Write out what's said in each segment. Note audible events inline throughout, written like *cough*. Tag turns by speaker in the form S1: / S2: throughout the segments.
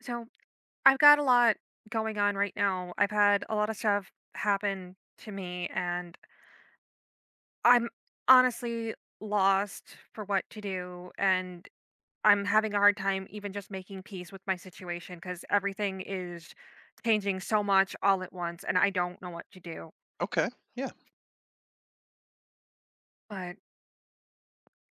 S1: So I've got a lot going on right now. I've had a lot of stuff happen to me, and I'm honestly lost for what to do. And I'm having a hard time even just making peace with my situation because everything is changing so much all at once, and I don't know what to do.
S2: Okay. Yeah.
S1: But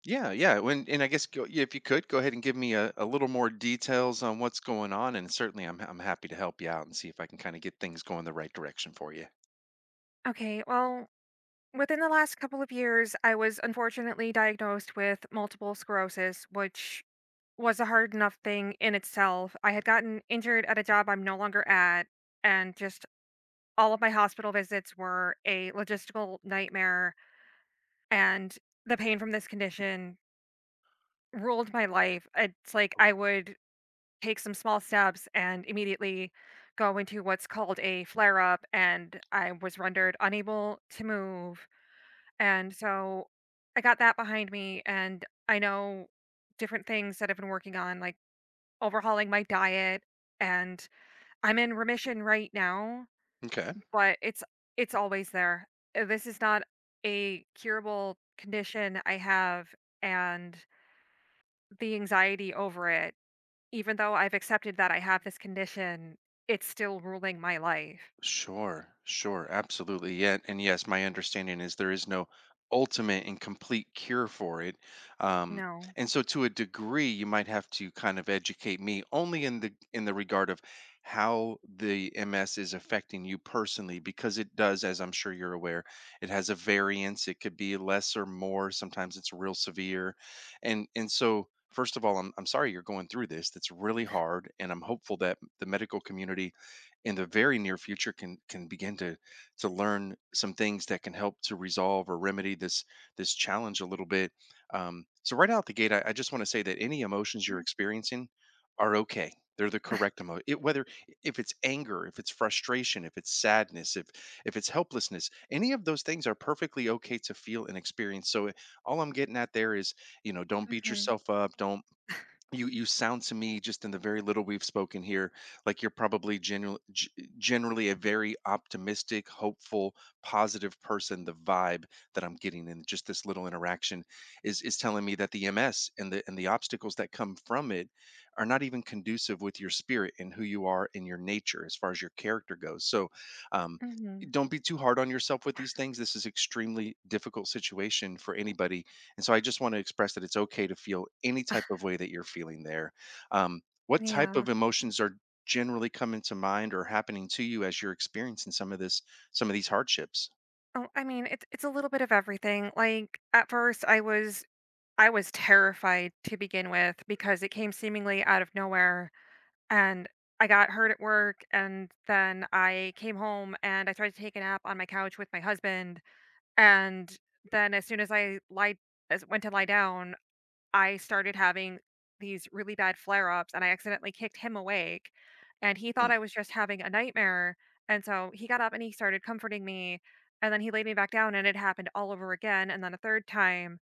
S2: Yeah. Yeah. When and I guess go, yeah, if you could go ahead and give me a little more details on what's going on, and certainly I'm happy to help you out and see if I can kind of get things going the right direction for you.
S1: okay, well, within the last couple of years, I was unfortunately diagnosed with multiple sclerosis, which was a hard enough thing in itself. I had gotten injured at a job I'm no longer at, and just all of my hospital visits were a logistical nightmare. And the pain from this condition ruled my life. It's like I would take some small steps and immediately go into what's called a flare up, and I was rendered unable to move. And so I got that behind me, and I know different things that I've been working on, like overhauling my diet, and I'm in remission right now,
S2: Okay.
S1: but it's always there. This is not a curable condition I have, and the anxiety over it, even though I've accepted that I have this condition, it's still ruling my life.
S2: Sure, sure, absolutely. Yeah, and yes, my understanding is there is no ultimate and complete cure for it. Um,
S1: No.
S2: and so to a degree, you might have to kind of educate me only in the regard of how the MS is affecting you personally, because it does, as I'm sure you're aware, it has a variance. It could be less or more. Sometimes it's real severe. And so, first of all, I'm sorry you're going through this. That's really hard. And I'm hopeful that the medical community in the very near future can begin to learn some things that can help to resolve or remedy this challenge a little bit. So right out the gate, I just want to say that any emotions you're experiencing are okay. They're the correct emotion. Whether if it's anger, if it's frustration, if it's sadness, if it's helplessness, any of those things are perfectly okay to feel and experience. So all I'm getting at there is, you know, don't beat
S1: Mm-hmm.
S2: yourself up. Don't you you sound to me, just in the very little we've spoken here, like you're probably generally a very optimistic, hopeful, positive person. The vibe that I'm getting in just this little interaction is telling me that the MS and the obstacles that come from it are not even conducive with your spirit and who you are and your nature as far as your character goes. So um
S1: Hmm.
S2: don't be too hard on yourself with these things. This is extremely difficult situation for anybody, and so I just want to express that it's okay to feel any type of way that you're feeling there. Um, what type
S1: Yeah.
S2: of emotions are generally coming to mind or happening to you as you're experiencing some of this, some of these hardships?
S1: Oh, I mean, it's a little bit of everything. Like at first, I was terrified to begin with because it came seemingly out of nowhere. And I got hurt at work, and then I came home, and I tried to take a nap on my couch with my husband, and then as soon as I lied as went to lie down, I started having these really bad flare-ups, and I accidentally kicked him awake, and he thought
S2: Mm.
S1: I was just having a nightmare, and so he got up and he started comforting me, and then he laid me back down, and it happened all over again, and then a 3rd time,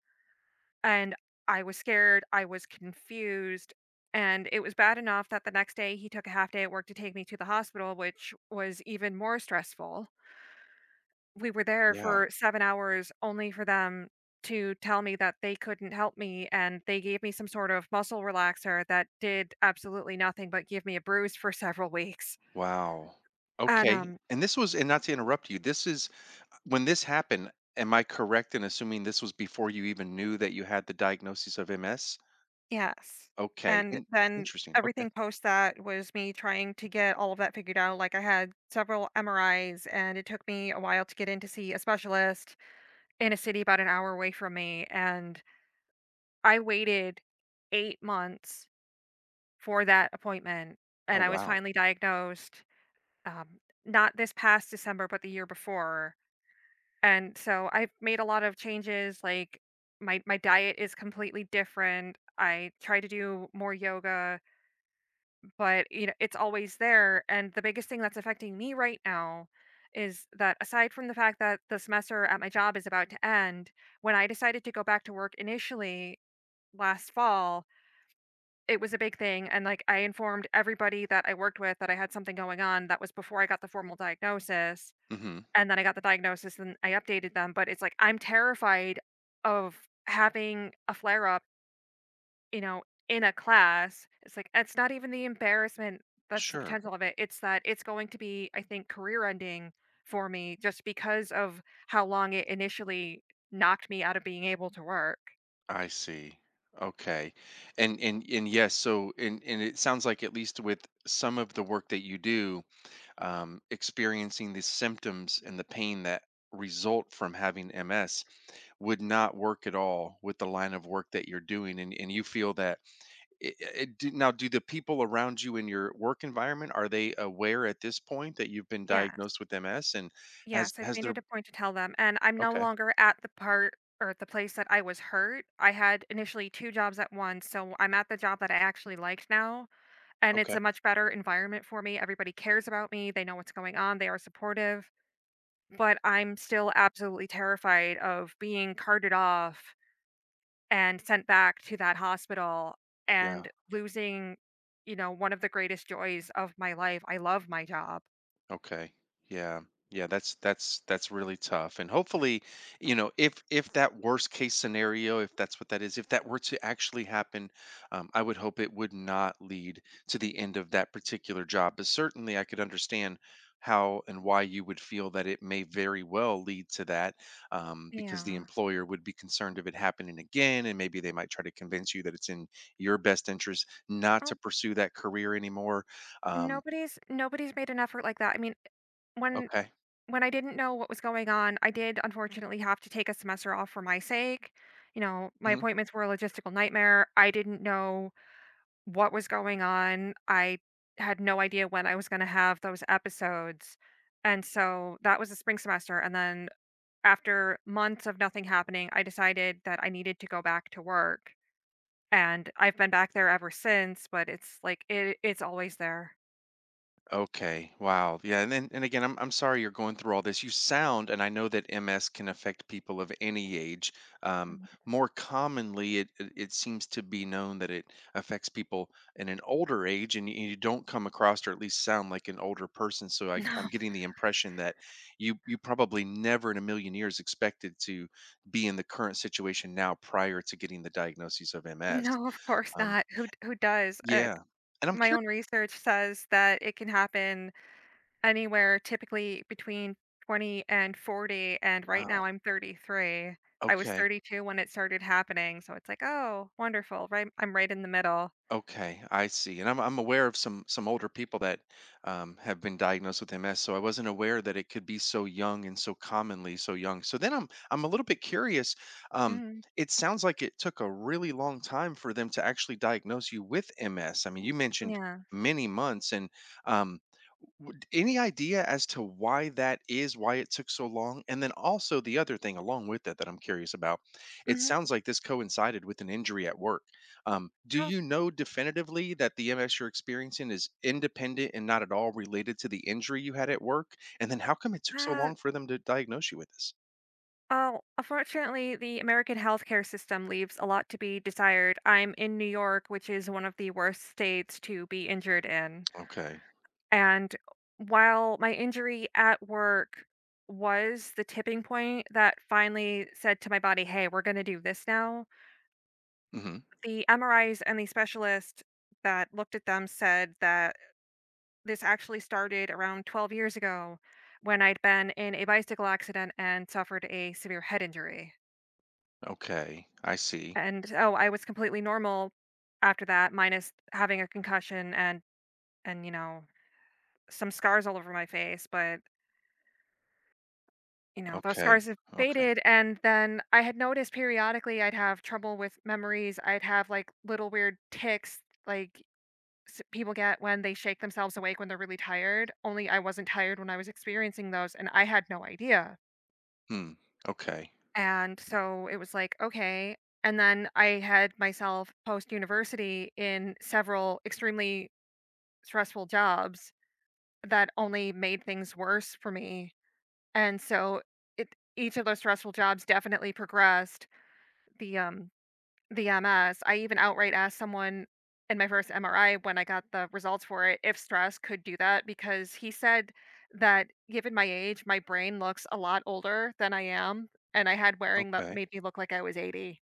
S1: and I was scared, I was confused, and it was bad enough that the next day he took a half day at work to take me to the hospital, which was even more stressful. We were there
S2: Yeah.
S1: for 7 hours only for them to tell me that they couldn't help me, and they gave me some sort of muscle relaxer that did absolutely nothing but give me a bruise for several weeks.
S2: Wow.
S1: And,
S2: Okay.
S1: um
S2: And this was, and not to interrupt you, this is when this happened. Am I correct in assuming this was before you even knew that you had the diagnosis of MS?
S1: Yes,
S2: Okay.
S1: and then
S2: Interesting. Okay.
S1: everything post that was me trying to get all of that figured out, like, I had several MRIs, and it took me a while to get in to see a specialist in a city about an hour away from me, and I waited 8 months for that appointment,
S2: Oh,
S1: and I was
S2: wow.
S1: finally diagnosed, um, not this past December, but the year before, and so I've made a lot of changes, like, my diet is completely different, I try to do more yoga. But, you know, it's always there, and the biggest thing that's affecting me right now is that aside from the fact that the semester at my job is about to end, when I decided to go back to work initially last fall, it was a big thing, and, like, I informed everybody that I worked with that I had something going on. That was before I got the formal diagnosis,
S2: Hmm.
S1: and then I got the diagnosis and I updated them, but it's like, I'm terrified of having a flare-up, you know, in a class, it's like it's not even the embarrassment, that's the
S2: Sure.
S1: potential of it. It's that it's going to be, I think, career ending for me just because of how long it initially knocked me out of being able to work.
S2: I see. Okay. And yes, so and it sounds like, at least with some of the work that you do, experiencing the symptoms and the pain that result from having MS would not work at all with the line of work that you're doing. And you feel that now do the people around you in your work environment, are they aware at this point that you've been
S1: Yes.
S2: diagnosed with MS? And
S1: Yes, I've
S2: has
S1: made
S2: there
S1: it a point to tell them. And I'm no
S2: okay,
S1: longer at the part or at the place that I was hurt. I had initially two jobs at once. So I'm at the job that I actually liked now. And it's
S2: okay.
S1: a much better environment for me. Everybody cares about me. They know what's going on. They are supportive. But I'm still absolutely terrified of being carted off and sent back to that hospital
S2: Yeah.
S1: and losing, you know, one of the greatest joys of my life. I love my job.
S2: Okay. Yeah. Yeah, that's really tough. And hopefully, if that worst case scenario, if that's what that is, if that were to actually happen, I would hope it would not lead to the end of that particular job. But certainly I could understand how and why you would feel that it may very well lead to that, because the
S1: Yeah.
S2: employer would be concerned of it happening again, and maybe they might try to convince you that it's in your best interest not
S1: Oh,
S2: to pursue that career anymore. um,
S1: nobody's made an effort like that. I mean, when
S2: okay.
S1: when I didn't know what was going on, I did unfortunately have to take a semester off for my sake. You know, my
S2: Mm-hmm.
S1: appointments were a logistical nightmare. I didn't know what was going on. I had no idea when I was going to have those episodes. And so that was the spring semester. And then after months of nothing happening, I decided that I needed to go back to work. And I've been back there ever since, but it's always there.
S2: Okay. Wow. Yeah. And then, and again, I'm sorry you're going through all this. You sound, and I know that MS can affect people of any age.
S1: Mhm. *laughs*
S2: More commonly, it seems to be known that it affects people in an older age, and you don't come across or at least sound like an older person. So I'm
S1: No,
S2: getting the impression that you probably never in a million years expected to be in the current situation now prior to getting the diagnosis of MS.
S1: no, of course
S2: Um,
S1: not. Who does?
S2: yeah. And I'm
S1: My
S2: curious.
S1: own research says that it can happen anywhere typically between 20 and 40, and right now
S2: Wow.
S1: I'm 33. I was
S2: Okay.
S1: 32 when it started happening, so it's like, "Oh, wonderful, right I'm right in the middle."
S2: Okay, I see. And I'm aware of some older people that have been diagnosed with MS, so I wasn't aware that it could be so young and so commonly so young. So then I'm a little bit curious. Um,
S1: Mhm,
S2: it sounds like it took a really long time for them to actually diagnose you with MS. I mean, you mentioned
S1: yeah,
S2: many months, and um, W any idea as to why that is, why it took so long? And then also the other thing along with that that I'm curious about, it
S1: mhm.
S2: sounds like this coincided with an injury at work. Do
S1: Well,
S2: you know definitively that the MS you're experiencing is independent and not at all related to the injury you had at work? And then how come it took so
S1: uh,
S2: long for them to diagnose you with this?
S1: oh, Unfortunately, the American healthcare system leaves a lot to be desired. I'm in New York, which is one of the worst states to be injured in.
S2: Okay.
S1: And while my injury at work was the tipping point that finally said to my body, "Hey, we're going to do this now,"
S2: Mhm.
S1: the MRIs and the specialist that looked at them said that this actually started around 12 years ago when I'd been in a bicycle accident and suffered a severe head injury.
S2: Okay. I see.
S1: I was completely normal after that, minus having a concussion and, and you know some scars all over my face, but you know, those
S2: Okay.
S1: scars have
S2: Okay.
S1: faded, and then I had noticed periodically I'd have trouble with memories. I'd have, like, little weird tics, like, s people get when they shake themselves awake when they're really tired, only I wasn't tired when I was experiencing those, and I had no idea,
S2: Hmm. Okay.
S1: and so it was like, "Okay," and then I had myself post-university in several extremely stressful jobs that only made things worse for me, and so it each of those stressful jobs definitely progressed the um the MS. I even outright asked someone in my first MRI when I got the results for it if stress could do that because he said that given my age, my brain looks a lot older than I am, and I had wearing that
S2: Okay.
S1: made me look like I was 80.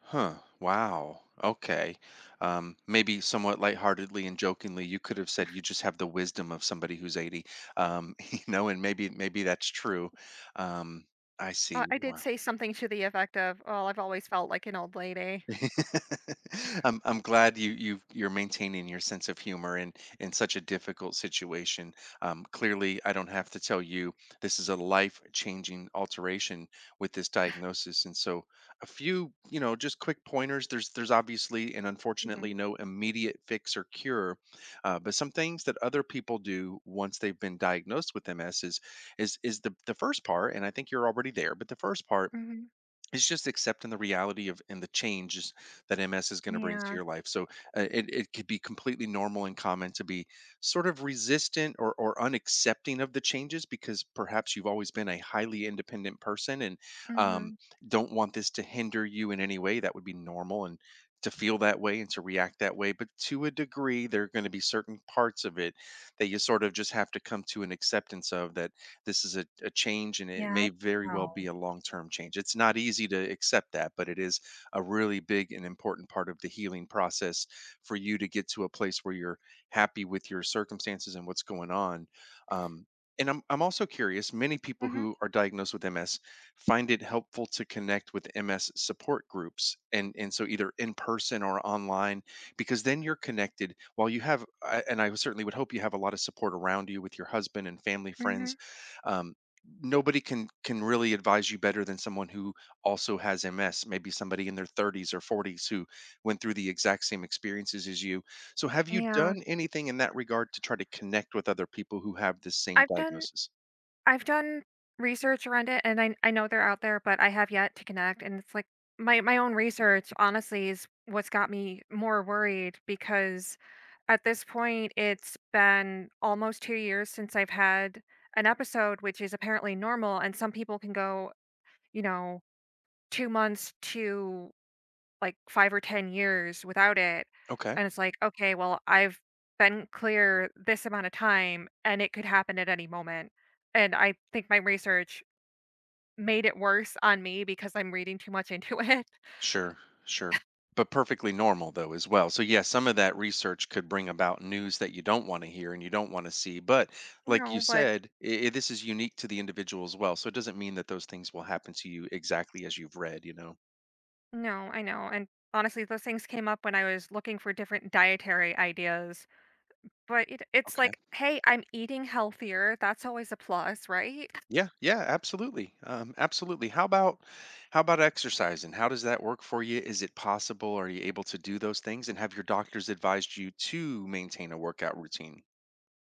S2: Huh. Wow. Okay. Maybe somewhat lightheartedly and jokingly, you could have said you just have the wisdom of somebody who's 80. *laughs* And maybe that's true. Um, I see.
S1: I did
S2: Wow.
S1: say something to the effect of, "Well, I've always felt like an old lady."
S2: *laughs* I'm glad you're maintaining your sense of humor in such a difficult situation. Clearly, I don't have to tell you this is a life changing alteration with this diagnosis. And so, a few just quick pointers. There's obviously and
S1: Mhm.
S2: unfortunately no immediate fix or cure, but some things that other people do once they've been diagnosed with MS is the first part. And I think you're already there, but the first part,
S1: Mhm.
S2: it's just accepting the reality of and the changes that MS is going to bring to
S1: Yeah.
S2: your life. So it could be completely normal and common to be sort of resistant, or unaccepting of the changes, because perhaps you've always been a highly independent person and, um,
S1: Mhm.
S2: don't want this to hinder you in any way. That would be normal, and to feel that way and to react that way. But to a degree, there are going to be certain parts of it that you sort of just have to come to an acceptance of, that this is a change, and it
S1: Yeah, I
S2: may very
S1: know.
S2: well be a long-term change. It's not easy to accept that, but it is a really big and important part of the healing process for you to get to a place where you're happy with your circumstances and what's going on. um, and I'm also curious, many people
S1: Mhm.
S2: who are diagnosed with MS find it helpful to connect with MS support groups, and so either in person or online, because then you're connected. While you have and I certainly would hope you have a lot of support around you with your husband and family
S1: Mhm.
S2: friends, um, nobody can really advise you better than someone who also has MS, maybe somebody in their 30s or 40s who went through the exact same experiences as you. So have you
S1: Yeah.
S2: done anything in that regard to try to connect with other people who have this same
S1: I've done
S2: diagnosis?
S1: I've done research around it, and I know they're out there, but I have yet to connect, and it's like my own research, honestly, is what's got me more worried because at this point, it's been almost 2 years since I've had an episode, which is apparently normal, and some people can go, you know, 2 months to like 5 or 10 years without it,
S2: Okay.
S1: and it's like, "Okay, well, I've been clear this amount of time, and it could happen at any moment," and I think my research made it worse on me because I'm reading too much *laughs* into it.
S2: Sure. Sure. But perfectly normal, though, as well. So, yeah, some of that research could bring about news that you don't want to hear and you don't want to see. But, like you
S1: No, but
S2: said, this is unique to the individual as well. So, it doesn't mean that those things will happen to you exactly as you've read, you know?
S1: no, I know, and honestly, those things came up when I was looking for different dietary ideas, but it's
S2: Okay.
S1: like, "Hey, I'm eating healthier," that's always a plus, right?
S2: Yeah, yeah, absolutely. Absolutely. How about exercise, and how does that work for you? Is it possible? Are you able to do those things? And have your doctors advised you to maintain a workout routine?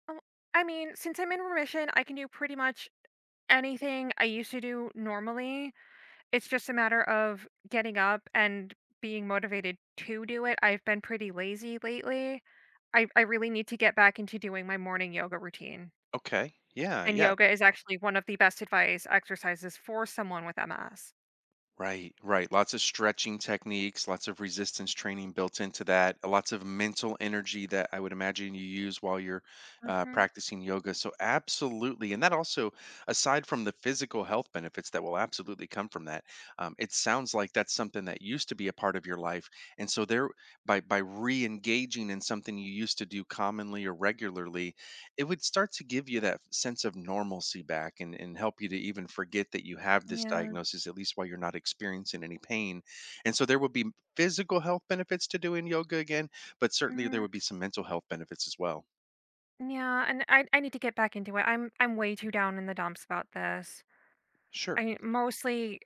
S1: Oh, I mean, since I'm in remission, I can do pretty much anything I used to do normally. It's just a matter of getting up and being motivated to do it. I've been pretty lazy lately. I really need to get back into doing my morning yoga routine,
S2: Okay. Yeah,
S1: and
S2: yeah.
S1: yoga is actually one of the best advice exercises for someone with MS.
S2: Right, right. Lots of stretching techniques, lots of resistance training built into that, lots of mental energy that I would imagine you use while you're
S1: Mhm.
S2: practicing yoga. So, absolutely. And that also, aside from the physical health benefits that will absolutely come from that, it sounds like that's something that used to be a part of your life. And so, there, by re-engaging in something you used to do commonly or regularly, it would start to give you that sense of normalcy back, and help you to even forget that you have this
S1: Yeah.
S2: diagnosis, at least while you're not experiencing any pain. And so there would be physical health benefits to doing yoga again, but certainly there
S1: Mhm.
S2: would be some mental health benefits as well.
S1: Yeah, and I need to get back into it. I'm way too down in the dumps about this.
S2: Sure.
S1: I mostly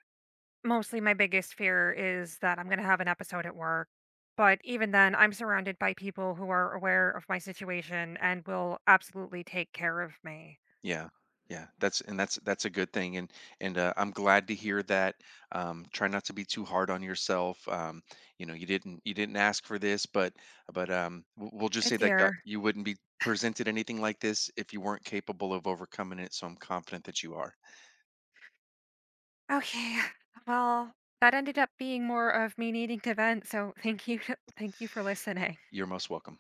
S1: Mostly my biggest fear is that I'm gonna have an episode at work, but even then, I'm surrounded by people who are aware of my situation and will absolutely take care of me.
S2: Yeah, yeah, that's a good thing, and I'm glad to hear that. Try not to be too hard on yourself. You didn't ask for this, but we'll just say
S1: It's
S2: that God,
S1: here.
S2: you wouldn't be presented anything like this if you weren't capable of overcoming it. So I'm confident that you are.
S1: Okay. *sighs* Well, that ended up being more of me needing to vent, so thank you *laughs* thank you for listening.
S2: You're most welcome.